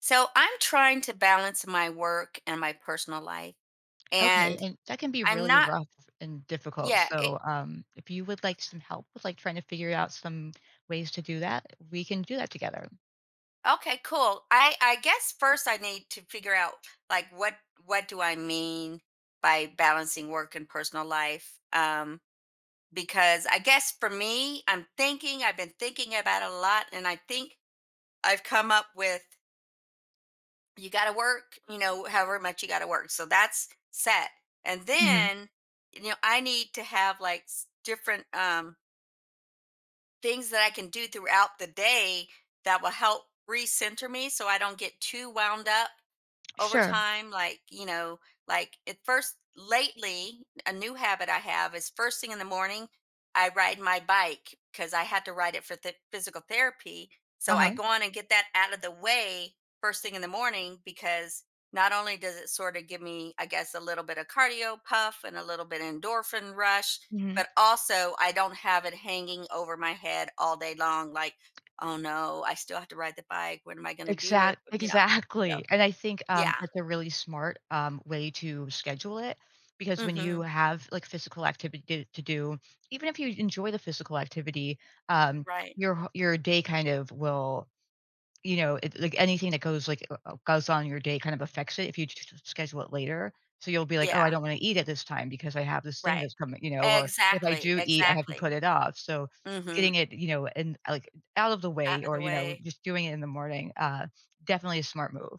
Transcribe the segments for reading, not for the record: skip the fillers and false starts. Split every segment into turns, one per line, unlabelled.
So I'm trying to balance my work and my personal life.
Okay,
And
and that can be
I'm
really
not,
rough and difficult.
yeah, it,
So, if you would like some help with like trying to figure out some ways to do that, we can do that together.
okay, cool. I guess first I need to figure out like what, what do I mean by balancing work and personal life? Because I guess for me, I've been thinking about it a lot, and I think I've come up with, you got to work, you know, however much you got to work. So that's set. And
Hmm.
then, you know, I need to have like different, things that I can do throughout the day that will help recenter me so I don't get too wound up over
Sure.
time, like you know, like at first, lately a new habit I have is first thing in the morning I ride my bike because I had to ride it for physical therapy,
Uh
so I
huh.
go on and get that out of the way first thing in the morning, because not only does it sort of give me, I guess, a little bit of cardio puff and a little bit endorphin rush,
Hmm.
but also I don't have it hanging over my head all day long, like, oh no, I still have to ride the bike, when am I going to do it,
Exact.
you know. So
Exactly. And I think
yeah.
that's a really smart way to schedule it because when you
Mhm.
have like physical activity to do, even if you enjoy the physical activity, um,
Right.
your your day kind of will. You know, it like, anything that goes, like, goes on your day kind of affects it if you j schedule it later. So you'll be like, "Oh, I
Yeah.
don't wanna eat at this time because I have this thing
Right.
that's coming," you know, or if I
Exactly.
do eat, I have to
Exactly.
put it off. So getting
Mhm.
it, you know, and like, out of the
Out
way
of
or,
the
you know,
way.
just doing it in the morning, definitely a smart move.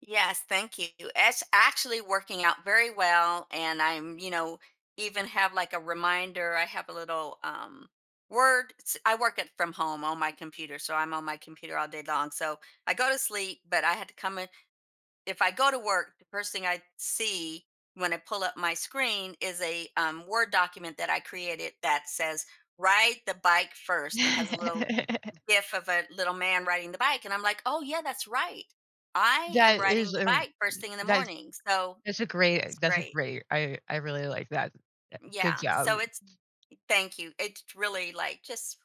Yes. Thank you. It's actually working out very well. And I'm, you know, even have like a reminder. I have a little word. I work it from home on my computer, so I'm on my computer all day long. So I go to sleep, but I had to come in. If I go to work, the first thing I see when I pull up my screen is a Word document that I created that says, ride the bike first, and has a little gif of a little man riding the bike. And I'm like, oh yeah, that's right. I am
That
riding
is
the
a
bike first thing in the
that
morning. So
that's a great
it's great.
I really like that. Good
Yeah. So
job.
it's, thank you. It's really like just,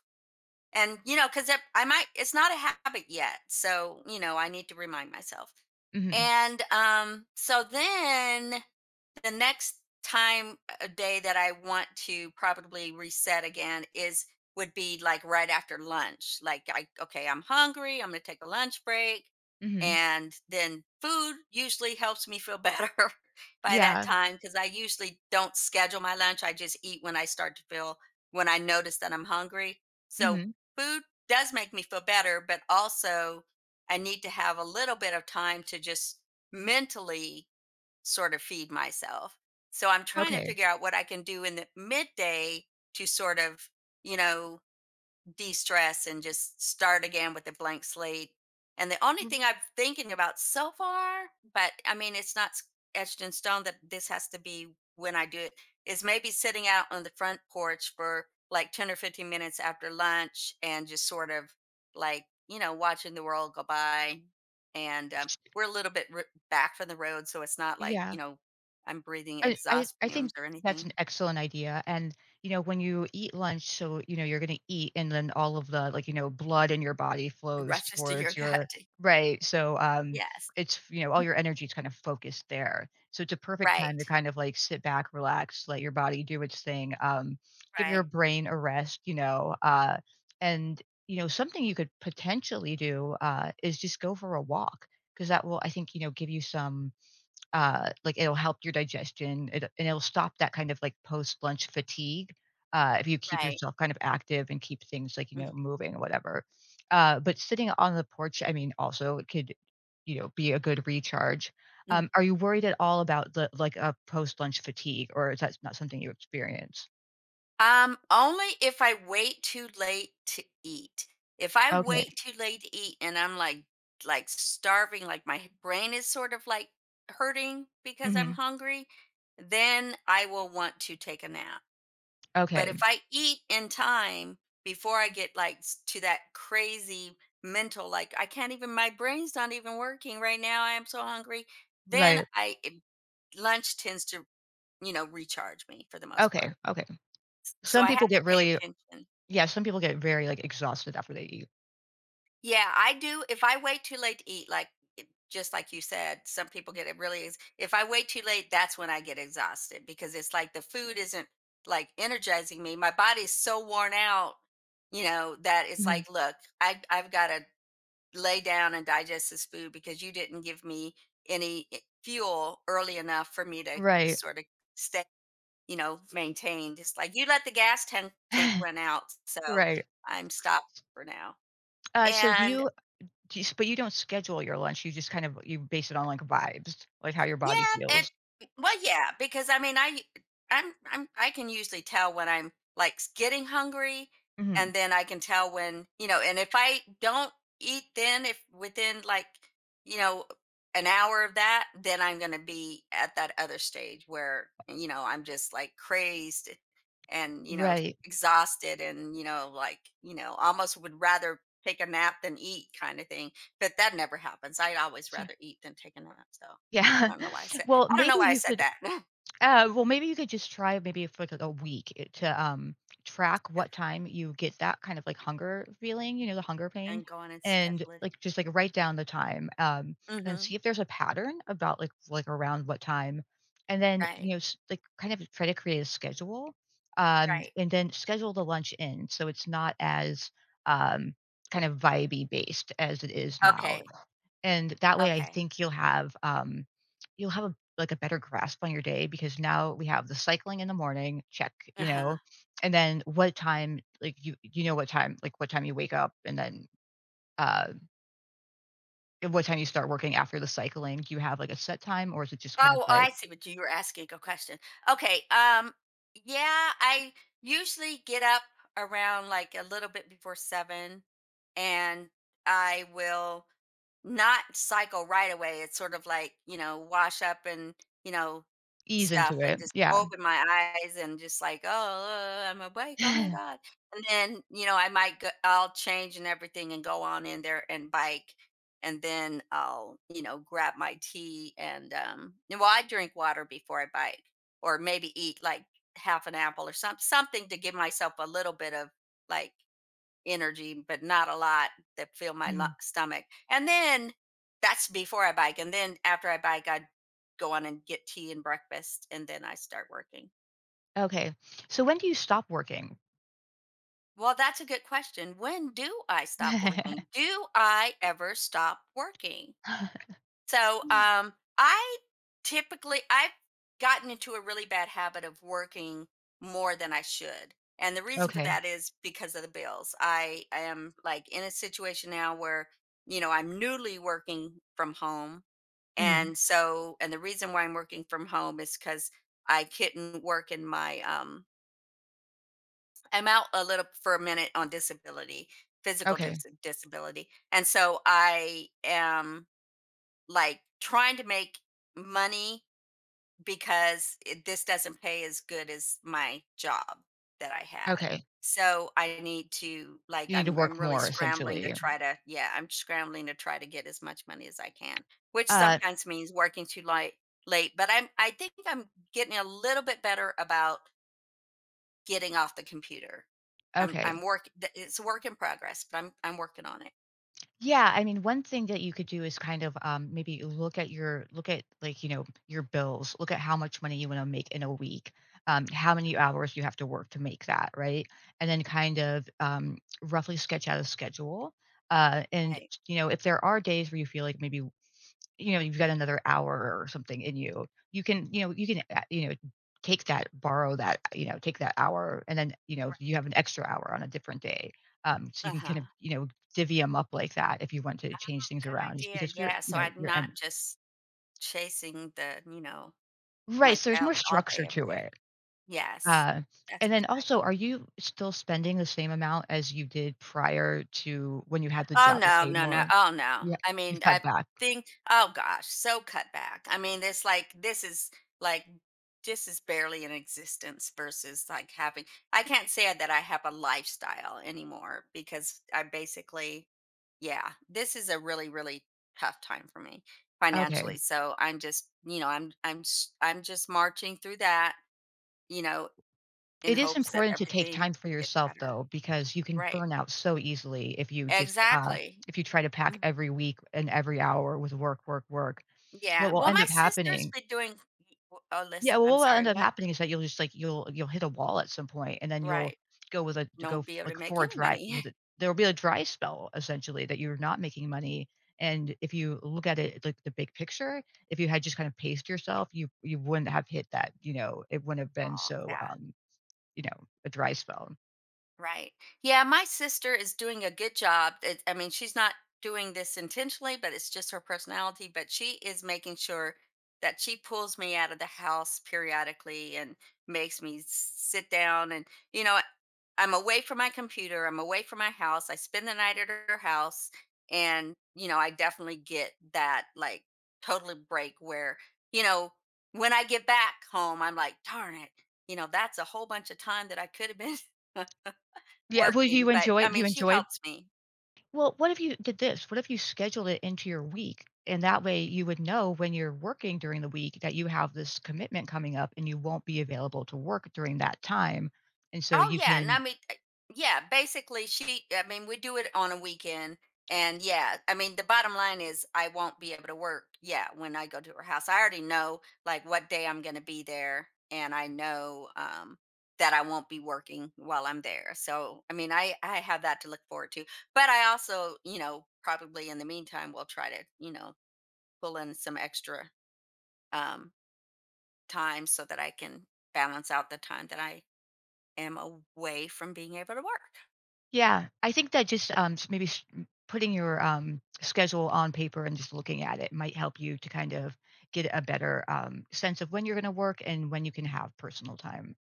and you know, because I might, it's not a habit yet, so, you know, I need to remind myself.
Mhm,
And so then the next time a day that I want to probably reset again is would be like right after lunch. Like, I okay, I'm hungry, I'm going to take a lunch break,
mhm.
and then food usually helps me feel better by that
Yeah.
time, cuz I usually don't schedule my lunch, I just eat when I start to feel, when I notice that I'm hungry. So
Mhm.
food does make me feel better, but also I need to have a little bit of time to just mentally sort of feed myself. So I'm trying to
Okay.
figure out what I can do in the midday to sort of, you know, de-stress and just start again with a blank slate. And the only
Mm,
thing I'm thinking about so far, but I mean, it's not etched in stone that this has to be when I do it, is maybe sitting out on the front porch for like 10 or 15 minutes after lunch and just sort of like, you know, watching the world go by. And we're a little bit back from the road, so it's not like,
yeah.
you know, I'm breathing
I I
exhaust
I think
fumes or
that's
anything.
an excellent idea, and, you know, when you eat lunch, so, you know, you're gonna eat, and then all of the, like, you know, blood in your body flows
Rushes to your
towards your
gut.
right, so,
Yes.
it's you know, all your energy is kind of focused there, so it's a perfect time
Right.
to kind of, like, sit back, relax, let your body do its thing, give your
Right.
brain a rest, you know, and, you know, something you could potentially do, is just go for a walk because that will, I think, you know, give you some like it'll help your digestion, and it'll stop that kind of like post lunch fatigue. If you keep
Right.
yourself kind of active and keep things like you know
Mhm,
moving or whatever. But sitting on the porch I mean also it could you know be a good recharge.
mhm.
Are you worried at all about the like a post lunch fatigue or is that not something you experience?
Only if I wait too late to eat. If I
Okay.
wait too late to eat and I'm like starving, like my brain is sort of like hurting because
Hmm.
I'm hungry, then I will want to take a nap. But
Okay.
if I eat in time before I get like to that crazy mental, like, I can't even, my brain's not even working right now, I am so hungry, then
Right.
I it- lunch tends to, you know, recharge me for the most
Okay.
part.
Okay.
So
Some
I
people
have to
get
pay
really.
attention.
Yeah, some people get very like exhausted after they eat.
Yeah, I do. If I wait too late to eat, just like you said, some people get it really. If I wait too late, that's when I get exhausted, because it's like the food isn't like energizing me. My body's so worn out, you know, that it's
Mhm.
like, look, I've got to lay down and digest this food because you didn't give me fuel early enough for me to
Right.
just sort of stay. You know, maintained. It's like, "You let the gas tank run out, so
Right.
I'm stopped for now."
uh, so do
And
you Do you s but you don't schedule your lunch, you just kind of you base it on, like, vibes, like, how your
yeah,
body
and
feels.
well, yeah, because I mean, I'm I can usually tell when I'm like getting hungry,
Mhm.
and then I can tell when, you know, and if I don't eat, then if within like, you know, an hour of that, then I'm gonna be at that other stage where, you know, I'm just like crazed, and you know
Right.
exhausted, and you know, like, you know, almost would rather take a nap than eat kind of thing. But that never happens. I'd always
Sure.
rather eat than take a nap. So.
Yeah.
I don't know why I said
Well,
I don't know
maybe
why I
you
said
could.
that.
Well, maybe you could just try maybe for like a week to track what
Schedule,
time you get that kind of like hunger feeling, you know, the hunger pain,
and go on and
and
schedule it.
like just like write down the time, and
Mhm.
see if there's a pattern about like around what time, and then you
Right,
know like kind of try to create a schedule,
right.
and then schedule the lunch in so it's not as um kind of vibey based as it is now.
Okay,
And that way I
okay.
think you'll have a like a better grasp on your day because now we have the cycling in the morning, check, you know,
Uh-huh.
and then what time, like you know, what time, like what time you wake up and then, uh, and what time you start working after the cycling. Do you have like a set time or is it just kind of
Oh, oh,
like
I see what you were asking a question. Okay, yeah, I usually get up around, like, a little bit before 7, and I will not cycle right away, it's sort of like, you know, wash up and, you know,
ease into
stuff, and
it?
just
Yeah.
open my eyes and just like, "Oh, I'm awake, oh my god." And then, you know, I might go I'll change and everything and go on in there and bike, and then I'll, you know, grab my tea and, well, I drink water before I bike, or maybe eat, like, half an apple or some something to give myself a little bit of, like, energy, but not a lot that fill my
Mhm.
stomach. And then that's before I bike. And then after I bike, I go on and get tea and breakfast, and then I start working.
Okay. So when do you stop working?
Well, that's a good question. When do I stop working? Do I ever stop working? So, I typically I've gotten into a really bad habit of working more than I should. And the reason for
Okay.
that is because of the bills. I am like in a situation now where, you know, I'm newly working from home.
Mhm.
And so, and the reason why I'm working from home is because I couldn't work in my, I'm out a little for a minute on disability, physical
Okay.
disability. And so I am like trying to make money because it, this doesn't pay as good as my job that I had.
Okay.
So I need to like,
You need to
I'm
work
really
more
scrambling to
essentially.
try to, yeah, I'm scrambling to try to get as much money as I can, which
Uh,
sometimes means working too late, but I'm, I think I'm getting a little bit better about getting off the computer. I'm
okay.
I'm work th- it's a work in progress, but I'm working on it.
Yeah, I mean, one thing that you could do is kind of maybe look at your look at like you know your bills. Look at how much money you want to make in a week, how many hours you have to work to make that, right? And then kind of roughly sketch out a schedule. And
Right.
you know, if there are days where you feel like maybe you know, you've got another hour or something in you, you can, you know, you can, you know, take that, borrow that, you know, take that hour, and then, you know, you
Right.
have an extra hour on a different day. So you can kind of,
Uh-huh.
you know, divvy them up like that if you want to change things
Good
around, just
idea.
because you're,
Yeah,
you
so
know,
I'm
you're
not
and
just chasing the, you know,
right.
my
So there's
tail
more
all
structure
day, every
to it.
day. Yes,
Uh,
that's
and
a
then also,
good
are
idea.
you still spending the same amount as you did prior to when you had the
Oh,
job that
no,
paid
no, no,
more?
oh, no.
Yeah,
I
you've
mean,
cut
I
back.
think, oh gosh, so cut back. I mean, it's like this is barely in existence versus like having, I can't say that I have a lifestyle anymore because I basically, yeah, this is a really, really tough time for me
Okay.
financially. So I'm just, you know, I'm just marching through that, you know, in
It is
hopes that
important to take
everything
time for
gets
yourself
better.
though, because you can
Right.
burn out so easily if you just,
Exactly.
if you try to pack
Mm.
every week and every hour with work, work, work. What
Yeah.
will
Well,
end
my
up
sister's
happening?
been doing, oh,
Yeah,
listen,
well, what
I'm
will end
sorry,
up
what?
happening is that you'll just like you'll hit a wall at some point, and then you'll
Right.
go with a to go
Don't
f
be able to
like
make
for a
any
dry
money.
with it there'll be a dry spell essentially that you're not making money, and if you look at it like the big picture, if you had just kind of paced yourself, you wouldn't have hit that, you know, it wouldn't have been
Oh,
so,
yeah.
you know, a dry spell.
Right. Yeah, my sister is doing a good job. It, I mean, she's not doing this intentionally, but it's just her personality. But she is making sure that she pulls me out of the house periodically and makes me sit down. And, you know, I'm away from my computer, I'm away from my house. I spend the night at her house. And, you know, I definitely get that like totally break where, you know, when I get back home, I'm like, darn it, you know, that's a whole bunch of time that I could have been.
Yeah, well, do
Working,
you
but,
enjoy
I
it? Do you
mean, she
enjoy
helps me.
well, what if you did this? What if you scheduled it into your week? And that way you would know when you're working during the week that you have this commitment coming up and you won't be available to work during that time. And so
Oh,
you
yeah, and I
can
mean, yeah, basically, she I mean, we do it on a weekend, and, yeah, I mean, the bottom line is I won't be able to work, yeah, when I go to her house. I already know, like, what day I'm gonna be there, and I know, that I won't be working while I'm there, so, I mean, I have that to look forward to, but I also, you know, probably in the meantime will try to, you know, pull in some extra, um, time so that I can balance out the time that I am away from being able to work.
yeah, I think that just s- maybe putting your schedule on paper and just looking at it might help you to kind of get a better sense of when you're going to work and when you can have personal time.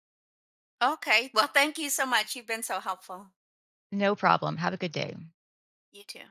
Okay. Well, thank you so much. You've been so helpful.
No problem. Have a good day.
You too.